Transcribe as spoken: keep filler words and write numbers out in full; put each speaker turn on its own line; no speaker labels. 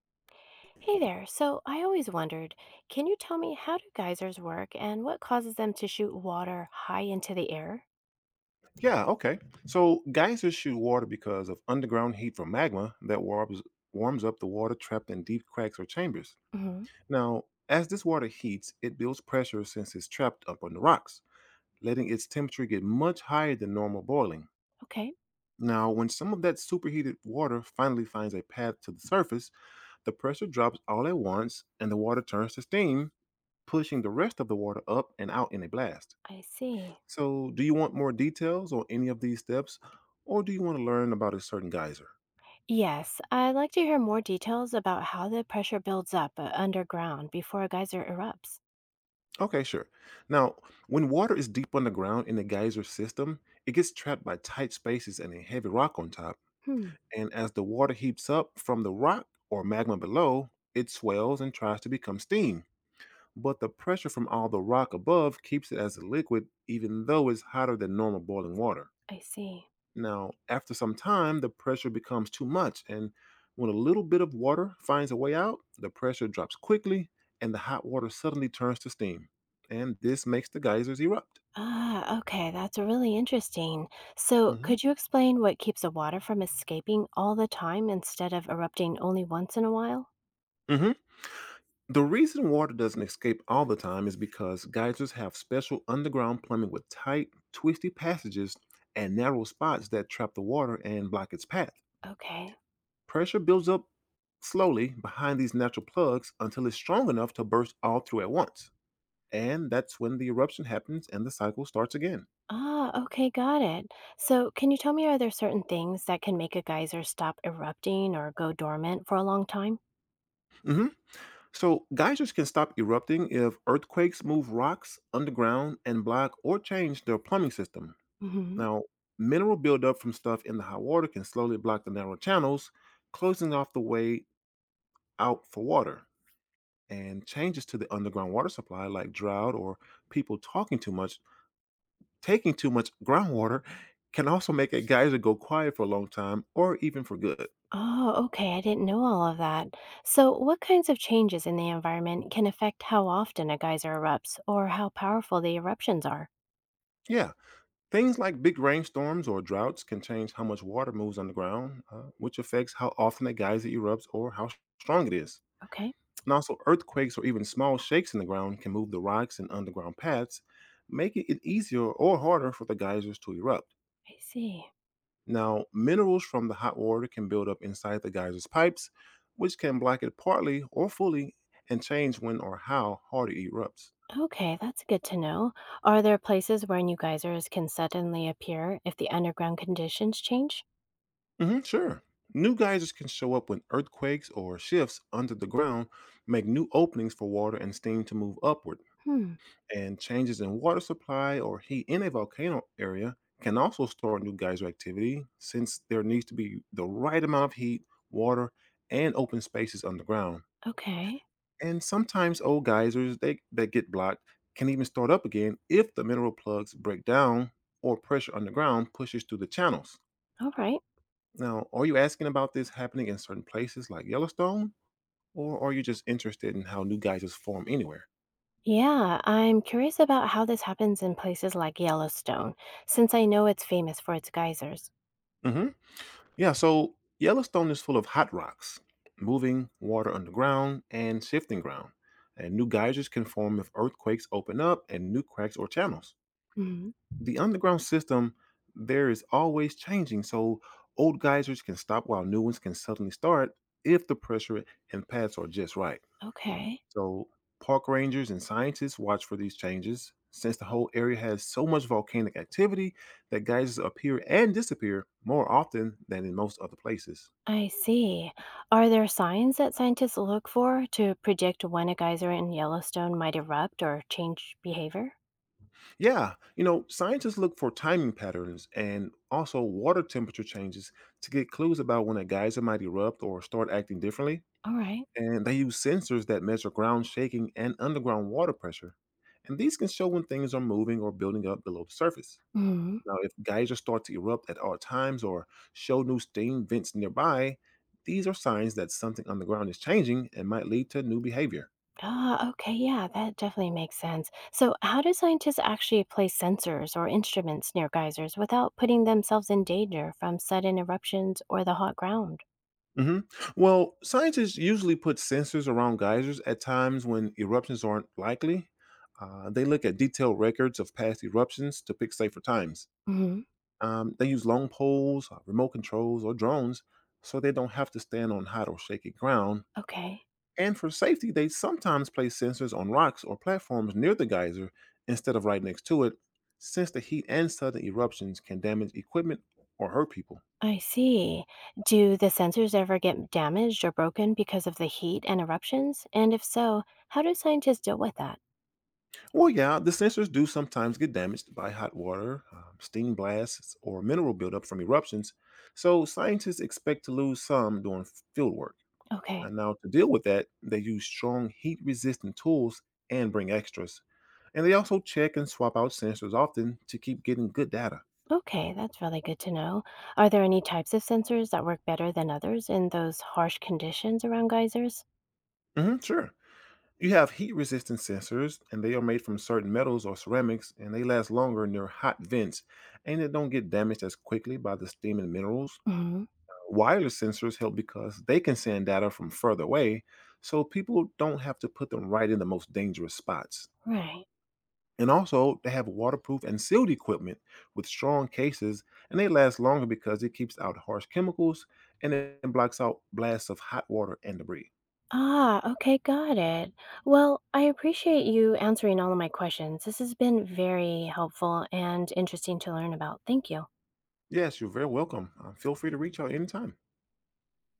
Hey there. So I always wondered, can you tell me how do geysers work and what causes them to shoot water high into the air?
Yeah, okay. So geysers shoot water because of underground heat from magma that warms, warms up the water trapped in deep cracks or chambers.
hmm
Now, as this water heats, it builds pressure since it's trapped up on the rocks, letting its temperature get much higher than normal boiling.
Okay,
Now, when some of that superheated water finally finds a path to the surface, the pressure drops all at once and the water turns to steam, pushing the rest of the water up and out in a blast.
I see.
So, do you want more details on any of these steps, or do you want to learn about a certain geyser?
Yes, I'd like to hear more details about how the pressure builds up uh, underground before a geyser erupts.
Okay, sure. Now, when water is deep underground in the geyser system, it gets trapped by tight spaces and a heavy rock on top.
Hmm,
And as the water heaps up from the rock or magma below, it swells and tries to become steam. But the pressure from all the rock above keeps it as a liquid, even though it's hotter than normal boiling water.
I see.
Now, after some time, the pressure becomes too much, and when a little bit of water finds a way out, the pressure drops quickly and the hot water suddenly turns to steam. And this makes the geysers erupt.
Ah, okay, that's really interesting. So,
Hmm.
could you explain what keeps the water from escaping all the time instead of erupting only once in a while?
Hmm. The reason water doesn't escape all the time is because geysers have special underground plumbing with tight, twisty passages and narrow spots that trap the water and block its path.
Okay.
Pressure builds up slowly behind these natural plugs until it's strong enough to burst all through at once, and that's when the eruption happens and the cycle starts again.
Ah, okay, got it. So, can you tell me, are there certain things that can make a geyser stop erupting or go dormant for a long time?
Mhm. So, geysers can stop erupting if earthquakes move rocks underground and block or change their plumbing system.
hmm
Now, mineral buildup from stuff in the hot water can slowly block the narrow channels, closing off the way out for water. And changes to the underground water supply, like drought or people talking too much, taking too much groundwater, can also make a geyser go quiet for a long time or even for good.
Oh, okay, I didn't know all of that. So, what kinds of changes in the environment can affect how often a geyser erupts or how powerful the eruptions are?
Yeah. Things like big rainstorms or droughts can change how much water moves underground, uh, which affects how often a geyser erupts or how strong it is.
Okay,
And also, earthquakes or even small shakes in the ground can move the rocks and underground paths, making it easier or harder for the geysers to erupt.
I see.
Now, minerals from the hot water can build up inside the geyser's pipes, which can block it partly or fully and change when or how hard it erupts.
Okay, that's good to know. Are there places where new geysers can suddenly appear if the underground conditions change?
Hmm, sure. New geysers can show up when earthquakes or shifts under the ground make new openings for water and steam to move upward.
Hmm,
And changes in water supply or heat in a volcano area can also start new geyser activity since there needs to be the right amount of heat, water, and open spaces underground.
okay,
And sometimes old geysers they, that get blocked can even start up again if the mineral plugs break down or pressure underground pushes through the channels.
all right.
Now, are you asking about this happening in certain places like Yellowstone, or are you just interested in how new geysers form anywhere?
Yeah, I'm curious about how this happens in places like Yellowstone, since I know it's famous for its geysers.
Hmm. Yeah, so Yellowstone is full of hot rocks, moving water underground and shifting ground, and new geysers can form if earthquakes open up and new cracks or channels.
Mhm.
The underground system there is always changing, so old geysers can stop while new ones can suddenly start if the pressure and paths are just right.
Okay,
So, park rangers and scientists watch for these changes since the whole area has so much volcanic activity that geysers appear and disappear more often than in most other places.
I see. Are there signs that scientists look for to predict when a geyser in Yellowstone might erupt or change behavior?
Yeah, you know, scientists look for timing patterns and also water temperature changes to get clues about when a geyser might erupt or start acting differently.
All right.
And they use sensors that measure ground shaking and underground water pressure. And these can show when things are moving or building up below the surface.
Mhm.
Now, if geysers start to erupt at odd times or show new steam vents nearby, these are signs that something on the ground is changing and might lead to new behavior.
Ah, okay, yeah, that definitely makes sense. So, how do scientists actually place sensors or instruments near geysers without putting themselves in danger from sudden eruptions or the hot ground?
Hmm. Well, scientists usually put sensors around geysers at times when eruptions aren't likely. Uh, they look at detailed records of past eruptions to pick safer times.
Mhm.
Um, they use long poles, uh, remote controls, or drones so they don't have to stand on hot or shaky ground.
Okay.
And for safety, they sometimes place sensors on rocks or platforms near the geyser instead of right next to it, since the heat and sudden eruptions can damage equipment or hurt people.
I see. Do the sensors ever get damaged or broken because of the heat and eruptions? And if so, how do scientists deal with that?
Well, yeah, the sensors do sometimes get damaged by hot water, um, steam blasts, or mineral buildup from eruptions, so scientists expect to lose some during field work.
Okay,
And now, to deal with that, they use strong heat resistant tools and bring extras. And they also check and swap out sensors often to keep getting good data.
okay, that's really good to know. Are there any types of sensors that work better than others in those harsh conditions around geysers?
Hmm, sure. You have heat resistant sensors, and they are made from certain metals or ceramics, and they last longer near hot vents, and they don't get damaged as quickly by the steam and minerals.
hmm
Wireless sensors help because they can send data from further away, so people don't have to put them right in the most dangerous spots.
Right.
And also, they have waterproof and sealed equipment with strong cases, and they last longer because it keeps out harsh chemicals and it blocks out blasts of hot water and debris.
Ah, okay, got it. Well, I appreciate you answering all of my questions. This has been very helpful and interesting to learn about. Thank you.
Yes, you're very welcome. Uh, feel free to reach out anytime.